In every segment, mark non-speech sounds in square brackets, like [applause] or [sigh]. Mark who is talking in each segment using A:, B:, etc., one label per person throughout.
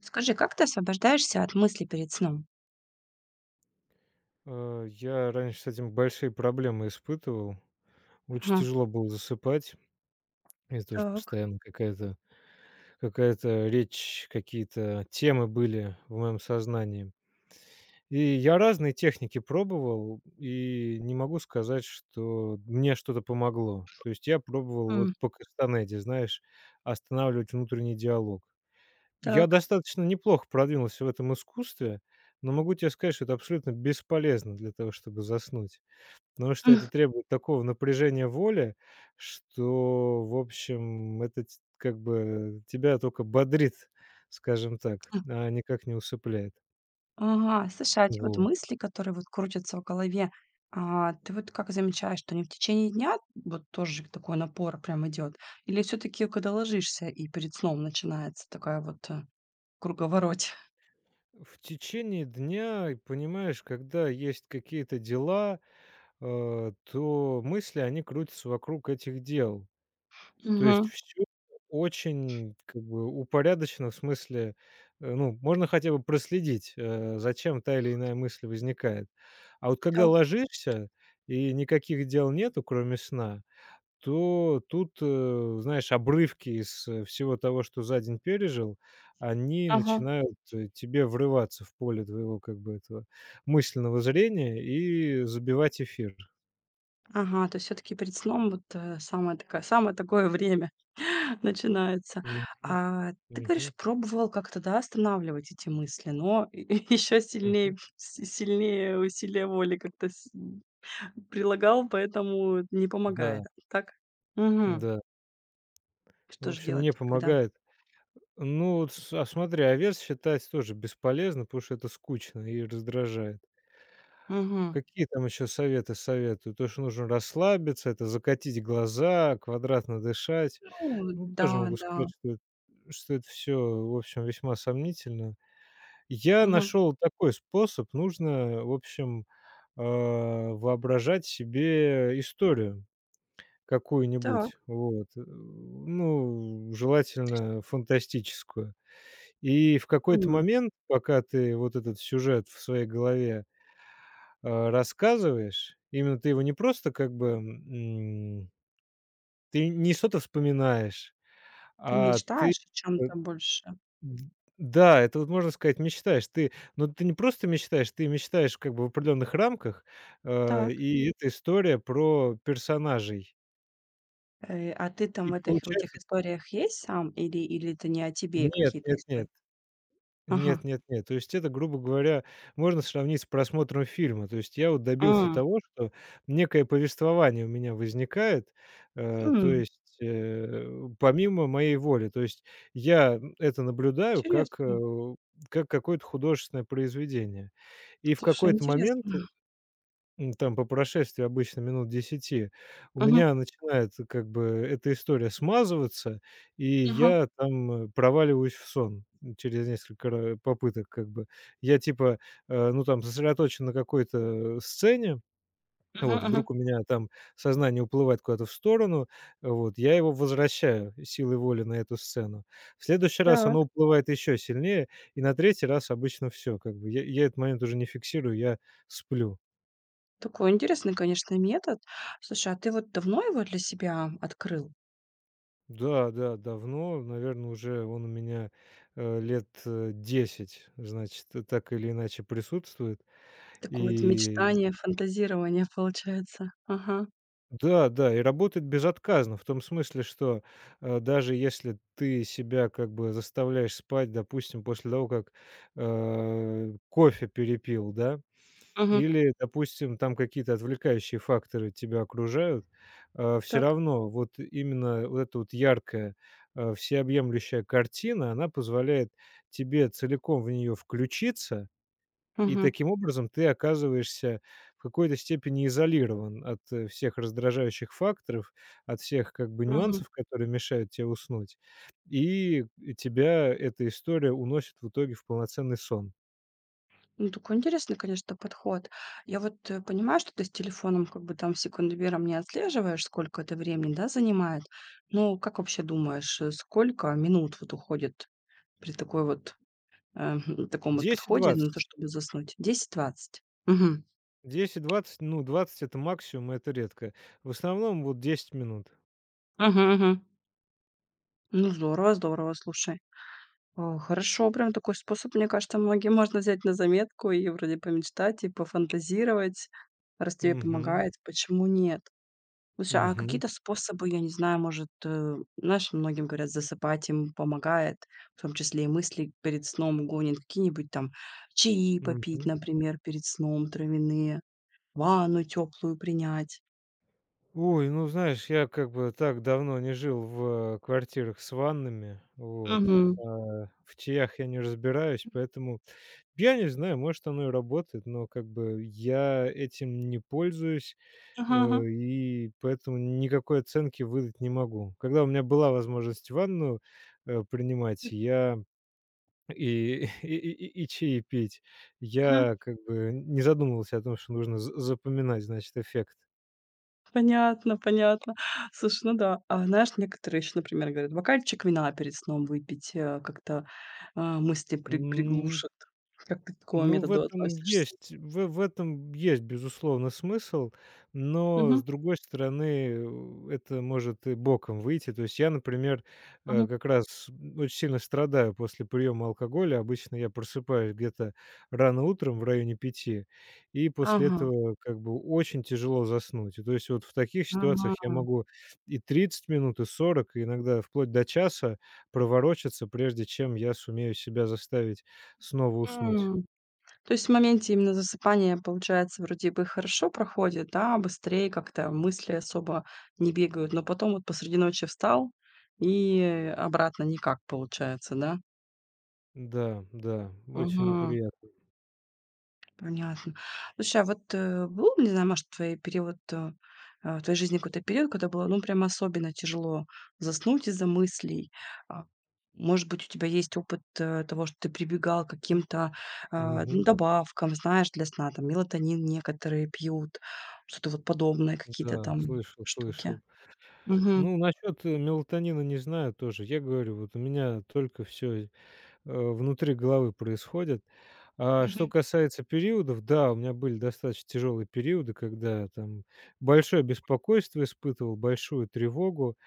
A: Скажи, как ты освобождаешься от мыслей перед сном?
B: Я раньше с этим большие проблемы испытывал. Очень
A: Ага.
B: тяжело было засыпать из-за того, что
A: Так.
B: постоянно какая-то речь, какие-то темы были в моем сознании. И я разные техники пробовал, и не могу сказать, что мне что-то помогло. То есть я пробовал вот
A: М.
B: по Кастанеде, знаешь, останавливать внутренний диалог. Я
A: Так.
B: достаточно неплохо продвинулся в этом искусстве, но могу тебе сказать, что это абсолютно бесполезно для того, чтобы заснуть. Потому что
A: М.
B: это требует такого напряжения воли, что, в общем, это ть как бы тебя только бодрит, скажем так,
A: М.
B: а никак не усыпляет.
A: Ага, слушай, а те вот
B: Вот.
A: мысли, которые вот крутятся в голове, ты вот как замечаешь, что они в течение дня вот тоже такой напор прям идет? Или все таки когда ложишься и перед сном начинается такая вот, круговорот?
B: В течение дня, и понимаешь, когда есть какие-то дела, то мысли, они крутятся вокруг этих дел. То есть
A: Мгм.
B: все очень как бы упорядочено, в смысле, ну, можно хотя бы проследить, зачем та или иная мысль возникает. А вот когда
A: Так.
B: ложишься и никаких дел нету, кроме сна, то тут, знаешь, обрывки из, всего того, что за день пережил, они
A: Ага.
B: начинают, тебе врываться в поле твоего как бы этого мысленного зрения и забивать эфир.
A: Ага, то есть всё-таки перед сном вот, самое такое время [laughs] начинается.
B: Мгм,
A: А ты
B: мгм,
A: говоришь, пробовал как-то, да, останавливать эти мысли, но [laughs] еще
B: мгм.
A: сильнее си сильнее усилия воли как-то с прилагал, поэтому не помогает,
B: Да,
A: так? Мгм.
B: да.
A: Что
B: В
A: же
B: общем, не
A: делать тогда?
B: помогает. Ну, вот с а смотри, овес считать тоже бесполезно, потому что это скучно и раздражает.
A: Мгм.
B: Какие там еще советы советуют? То, что нужно расслабиться, это закатить глаза, квадратно дышать.
A: Ну
B: Ну,
A: да,
B: тоже могу
A: да.
B: сказать, что эт что это все, в общем, весьма сомнительно. Я
A: Мгм.
B: нашел такой способ: нужно, в общем, а, воображать себе историю
A: Так.
B: какую-нибудь, вот, ну, желательно фантастическую. И в какой-то
A: М.
B: момент, пока ты вот этот сюжет в своей голове, рассказываешь, именно ты его не просто как бы, ты не что-то вспоминаешь,
A: Ты
B: а т
A: мечтаешь о чем то больше?
B: д да, это вот можно сказать, мечтаешь. Ты, но ты не просто мечтаешь, ты мечтаешь как бы в определенных рамках,
A: Так.
B: и это история про персонажей.
A: Э, а ты там
B: И
A: в этих
B: получается
A: историях есть сам или это не о тебе
B: нет,
A: какие-то
B: нет,
A: истории?
B: нет. Нет
A: Ага.
B: нет нет. То есть это, грубо говоря, можно сравнить с просмотром фильма. То есть я вот добился
A: М.
B: того, что некое повествование у меня возникает, то
A: М,
B: есть, помимо моей воли. То есть я, это наблюдаю как,
A: интересно.
B: как какое-то художественное произведение. И в
A: Слушай,
B: какой-то момент
A: интересно.
B: М, там по прошествии обычно минут десяти у
A: Мгм,
B: меня начинает как бы эта история смазываться, и
A: мгм,
B: я там проваливаюсь в сон через несколько ра попыток как бы. Я типа, ну, там сосредоточен на какой-то сцене,
A: мгм,
B: вот,
A: мгм.
B: вдруг у меня там сознание уплывает куда-то в сторону, вот, я его возвращаю силой воли на эту сцену. В следующий раз
A: Так,
B: оно уплывает еще сильнее, и на третий раз обычно все как бы. Я этот момент уже не фиксирую, я сплю.
A: такой интересный, конечно, метод. Слушай, а ты вот давно его для себя открыл?
B: Да, да, давно, наверное, уже он у меня, лет, 10, значит, так или иначе присутствует.
A: Такое вот
B: И
A: мечтание, фантазирование получается. Ага.
B: да, да, и работает безотказно. В том смысле, что, даже если ты себя как бы заставляешь спать, допустим, после того, как, кофе перепил, да.
A: Мгм.
B: Или, допустим, там какие-то отвлекающие факторы тебя окружают, все
A: Так.
B: равно вот именно вот эта вот яркая, всеобъемлющая картина, она позволяет тебе целиком в нее включиться, и
A: Мгм.
B: таким образом ты оказываешься в какой-то степени изолирован от, всех раздражающих факторов, от всех как бы
A: Мгм.
B: нюансов, которые мешают тебе уснуть. И тебя эта история уносит в итоге в полноценный сон.
A: Ну, такой интересный, конечно, подход. Я вот, понимаю, что ты с телефоном как бы там секундомером не отслеживаешь, сколько это времени, да, занимает. Но как вообще думаешь, сколько минут вот уходит при такой вот, э, [laughs] таком вот подходе на то,
B: Десять-двадцать.
A: чтобы заснуть? Десять-двадцать. Мгм.
B: Десять двадцать, ну, двадцать это максимум, это редко. В основном вот 10 минут.
A: Мгм, мгм. Ну, здорово, здорово, слушай. О, хорошо, прям такой способ, мне кажется, многим можно взять на заметку и вроде помечтать, и пофантазировать, раз тебе
B: Мгм.
A: помогает, почему нет? Слушай, а
B: Мгм.
A: какие-то способы, я не знаю, может, знаешь, многим говорят, засыпать им помогает, в том числе и мысли перед сном гонит, какие-нибудь там чаи попить,
B: Мгм.
A: например, перед сном травяные, ванну теплую принять.
B: Ой, ну, знаешь, я как бы так давно не жил в, квартирах с ваннами, вот,
A: Мгм.
B: а, в чаях я не разбираюсь, поэтому я не знаю, может, оно и работает, но как бы я этим не пользуюсь, э,
A: Ага, ага,
B: и поэтому никакой оценки выдать не могу. Когда у меня была возможность ванну, принимать, я И [laughs] и чаи пить.
A: ага.
B: Я как бы не задумывался о том, что нужно за запоминать, значит, эффект.
A: Понятно, понятно. Слушай, ну да, а знаешь, некоторые еще, например, говорят, бокальчик вина перед сном выпить, как-то мысли
B: М.
A: приглушит. Как ты к такому
B: Ну, в
A: методу
B: этом
A: относишься?
B: есть в этом есть, безусловно, смысл, но,
A: Мгм,
B: с другой стороны, это может и боком выйти. То есть я, например,
A: мгм.
B: как раз очень сильно страдаю после приема алкоголя. Обычно я просыпаюсь где-то рано утром, в районе пяти, и после
A: Ага,
B: этого как бы очень тяжело заснуть. И то есть вот в таких ситуациях я
A: ага.
B: могу и 30 минут, и 40, и иногда вплоть до часа проворочаться, прежде чем я сумею себя заставить снова уснуть.
A: М. То есть в моменте именно засыпания, получается, вроде бы хорошо проходит, да, быстрее как-то мысли особо не бегают, но потом вот посреди ночи встал и обратно никак получается, да?
B: Да, да, очень
A: Мгм.
B: неприятно.
A: Понятно. Слушай, а вот, был, не знаю, может, твой период, в твоей жизни какой-то период, когда было, ну, прям особенно тяжело заснуть из-за мыслей? А, может быть, у тебя есть опыт, того, что ты прибегал к каким-то, ну,
B: Мгм.
A: добавкам, знаешь, для сна, там мелатонин некоторые пьют, что-то вот подобное, какие-то
B: Да,
A: там
B: слышал,
A: штуки?
B: слышал.
A: Угу.
B: Ну, насчет, мелатонина не знаю тоже. Я говорю, вот у меня только все. Внутри головы происходят. А что
A: Угу.
B: касается периодов, да, у меня были достаточно тяжелые периоды, когда там большое беспокойство испытывал, большую тревогу,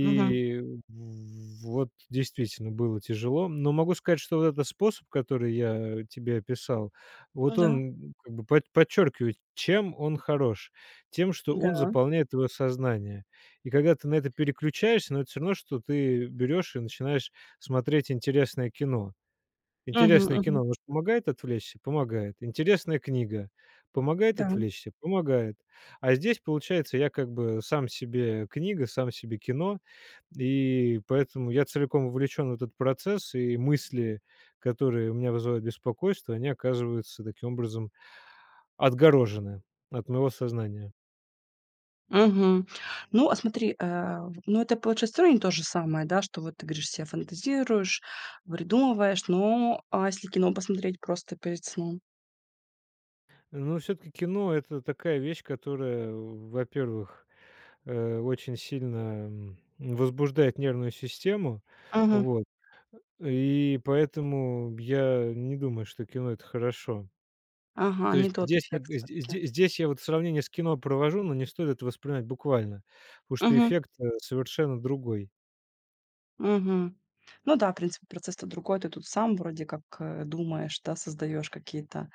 A: Угу.
B: в- вот действительно было тяжело. Но могу сказать, что вот этот способ, который я тебе описал, вот
A: Да.
B: он как бы под- подчеркивает, чем он хорош, тем, что он
A: Да.
B: заполняет твое сознание. И когда ты на это переключаешься, но это все равно, что ты берешь и начинаешь смотреть интересное кино.
A: Угу.
B: Интересное кино,
A: Угу.
B: оно ж помогает отвлечься? Помогает. Интересная книга помогает
A: Да.
B: отвлечься? Помогает. А здесь, получается, я как бы сам себе книга, сам себе кино, и поэтому я целиком вовлечен в этот процесс, и мысли, которые у меня вызывают беспокойство, они оказываются таким образом отгорожены от моего сознания.
A: Мгм. Ну, а смотри, в ну, это получается всё равно не то же самое, да, что вот ты говоришь, се фантазируешь, придумываешь, но, а если кино посмотреть просто перед сном?
B: Но все-таки кино — это такая вещь, которая, во-первых очень сильно, возбуждает нервную систему.
A: Мгм.
B: Вот. И поэтому я не думаю, что кино — это хорошо.
A: Ага,
B: То
A: не
B: есть
A: тот
B: здесь как
A: эффект
B: бы
A: всё-таки.
B: здесь я вот сравнение с кино провожу, но не стоит это воспринимать буквально, потому что
A: Мгм,
B: эффект, совершенно другой.
A: мгм. Ну да, в принципе, процесс-то другой. Ты тут сам вроде как, думаешь, да, создаешь какие-то,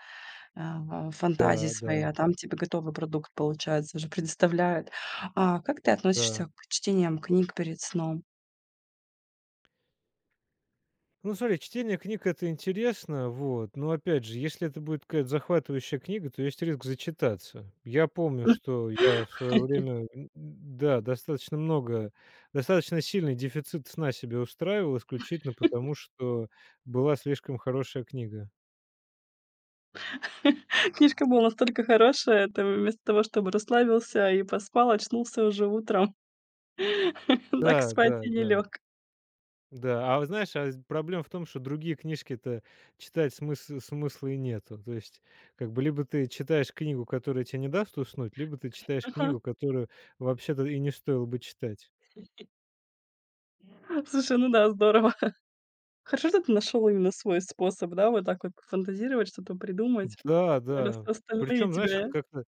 A: фантазии
B: Да,
A: свои,
B: да,
A: а там тебе готовый продукт, получается, уже предоставляют. А как ты
B: да.
A: относишься к чтениям книг перед сном?
B: Ну, смотри, чтение книг — это интересно, вот, но, опять же, если это будет какая-то захватывающая книга, то есть риск зачитаться. Я помню, что я в свое время, н да, достаточно много, достаточно сильный дефицит сна себе устраивал исключительно потому, что была слишком хорошая книга.
A: [laughs] Книжка была настолько хорошая, ты вместо того, чтобы расслабился и поспал, очнулся уже утром. [laughs] Так
B: Да,
A: спать
B: да,
A: и не
B: да.
A: лег.
B: Да, а вот знаешь, а з проблема в том, что другие книжки-то читать смысл смысла и нету. То есть, как бы либо ты читаешь книгу, которая те не даст уснуть, либо ты читаешь книгу,
A: [laughs]
B: которую вообще-то и не стоило бы читать.
A: Слушай, ну да, здорово. Хорошо, что ты нашел именно свой способ, да, вот так вот фантазировать, что-то придумать,
B: Да,
A: раз
B: да.
A: остальные
B: Причем, знаешь,
A: тебя
B: это как-то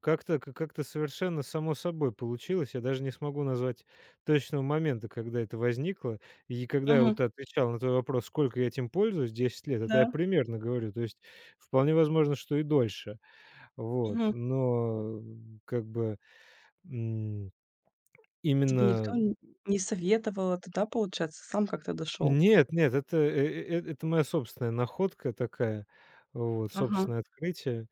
B: как-то к как-то совершенно само собой получилось. Я даже не смогу назвать точного момента, когда это возникло. И когда я
A: Мгм.
B: вот отвечал на твой вопрос, сколько я этим пользуюсь, 10 лет, это я
A: Да.
B: примерно говорю. То есть вполне возможно, что и дольше. Вот,
A: Мгм.
B: но как бы, м,
A: Тебе никто
B: именно
A: н не советовал, а ты, да, получается, сам как-то дошел?
B: Нет, нет, это, это моя собственная находка такая, вот,
A: Мгм.
B: собственное открытие.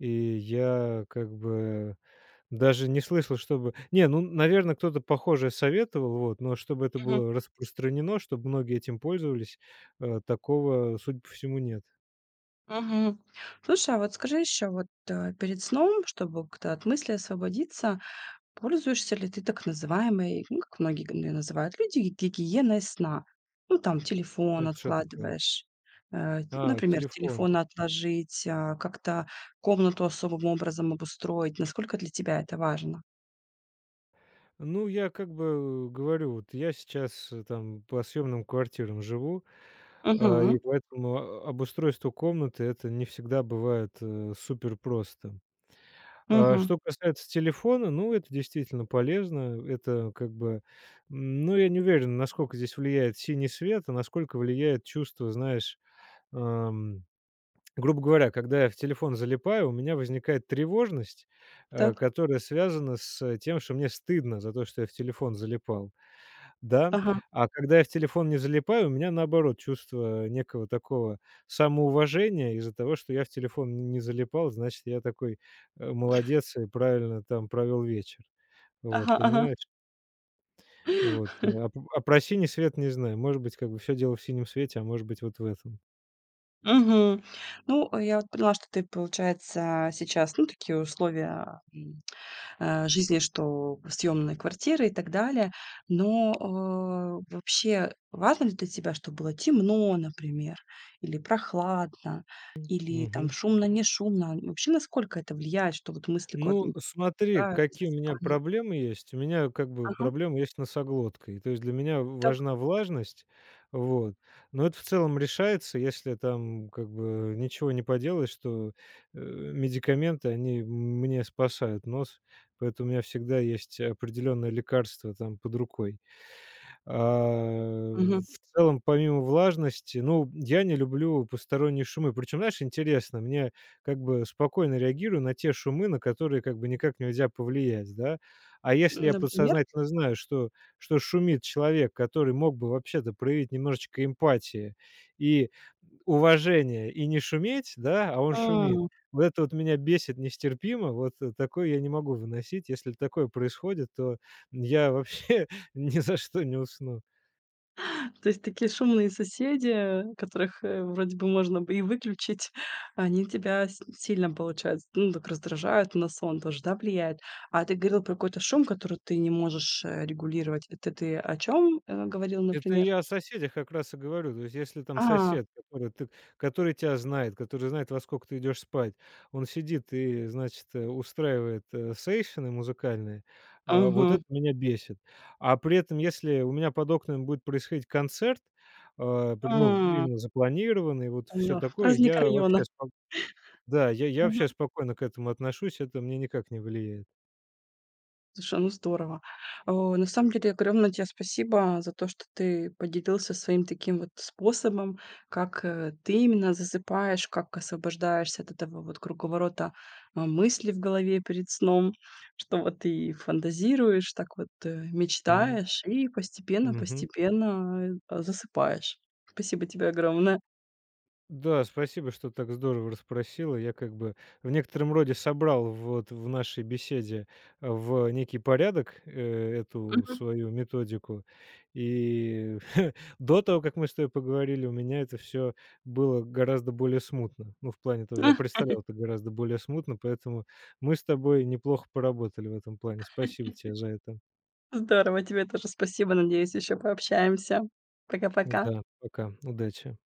B: И я как бы даже не слышал, чтобы Не, ну, наверное кто-то похожее советовал, вот, но чтобы это
A: Мгм.
B: было распространено, чтобы многие этим пользовались, такого, судя по всему, нет.
A: Мгм. Слушай, а вот скажи еще, вот, перед сном, чтобы как-то от мысли освободиться. Пользуешься ли ты так называемой, ну, как многие г её называют люди, ги гигиеной сна? Ну, там телефон
B: Это что такое?
A: откладываешь,
B: А,
A: например,
B: телефон.
A: телефон отложить, как-то комнату особым образом обустроить. Насколько для тебя это важно?
B: Ну, я как бы говорю, вот я сейчас, там по съемным квартирам живу. А,
A: Мгм.
B: и поэтому о обустройство комнаты — это не всегда бывает, супер просто. А
A: Мгм.
B: что касается телефона, ну, это действительно полезно. Это как бы, ну, я не уверен, насколько здесь влияет синий свет, а насколько влияет чувство, знаешь, ам, грубо говоря, когда я в телефон залипаю, у меня возникает тревожность,
A: Так.
B: которая связана с тем, что мне стыдно за то, что я в телефон залипал. Да,
A: Ага.
B: а когда я в телефон не залипаю, у меня, наоборот, чувство некого такого самоуважения из-за того, что я в телефон н не залипал, значит, я такой, молодец и правильно там провел вечер. Вот,
A: Ага, ага.
B: понимаешь? Вот, а п а про синий свет не знаю. Может быть, как бы все дело в синем свете, а может быть, вот в этом.
A: Мгм. Ну, я вот поняла, что ты, получается, сейчас, ну, такие условия, жизни, что съемные квартиры и так далее. Но, вообще важно ли для тебя, чтобы было темно, например, или прохладно, или там
B: Мгм.
A: шумно, не шумно? И вообще, насколько это влияет, что вот мысли куда-то
B: Ну,
A: не
B: смотри,
A: пускают,
B: какие у меня
A: засыпание?
B: проблемы есть. У меня как бы
A: Ага,
B: проблема есть с носоглоткой. То есть для меня
A: так.
B: важна влажность, вот. Но это в целом решается, если там как бы ничего не поделаешь, что медикаменты, они мне спасают нос, поэтому у меня всегда есть определенное лекарство там под рукой. А,
A: Мгм.
B: в целом, помимо влажности, ну, я не люблю посторонние шумы. Причем, знаешь, интересно, мне как бы спокойно реагирую на те шумы, на которые как бы никак нельзя повлиять, да. А если я
A: Например?
B: подсознательно знаю, что, что шумит человек, который мог бы вообще-то проявить немножечко эмпатии и уважения и не шуметь, да, а он шумит, вот это вот меня бесит нестерпимо, вот такое я не могу выносить. Если такое происходит, то я вообще [laughs] [laughs] Ни за что не усну.
A: То есть такие шумные соседи, которых, вроде бы можно бы и выключить, [laughs] они тебя с сильно, получается, ну, так раздражают, на сон тоже, да, влияет. А ты говорил про какой-то шум, который ты не можешь, регулировать. Вот. Это ты о чем говорил,
B: Это
A: например?
B: я о соседях как раз и говорю. То есть, если там
A: А,
B: сосед, который ты который тя знает, который знает, во сколько ты идешь спать, он сидит и, значит, устраивает, сейшены музыкальные, вот
A: мгм.
B: это меня бесит. А при этом, если у меня под окнами будет происходить концерт, при ну,
A: А,
B: именно запланированный, вот все
A: поняла.
B: такое,
A: Праздник
B: я
A: района.
B: вообще спок да, я вообще спокойно к этому отношусь, это мне никак не влияет.
A: Слушай, ну здорово. На самом деле огромное тебе спасибо за то, что ты поделился своим таким вот способом, как, ты именно засыпаешь, как освобождаешься от этого вот круговорота, мыслей в голове перед сном, что вот ты фантазируешь, так вот,
B: Мгм.
A: мечтаешь и
B: Мгм.
A: постепенно-постепенно, засыпаешь. Спасибо тебе огромное.
B: Да, спасибо, что так здорово расспросила. Я как бы в некотором роде собрал вот в нашей беседе в некий порядок, эту
A: Мгм.
B: свою методику. И [laughs] до того, как мы с тобой поговорили, у меня это все было гораздо более смутно. Ну, в плане того, я
A: [laughs]
B: представлял это гораздо более смутно, поэтому мы с тобой неплохо поработали в этом плане. Спасибо тебе за это.
A: Здорово, тебе тоже спасибо. Надеюсь, еще пообщаемся. Пока-пока.
B: Да, пока. Удачи.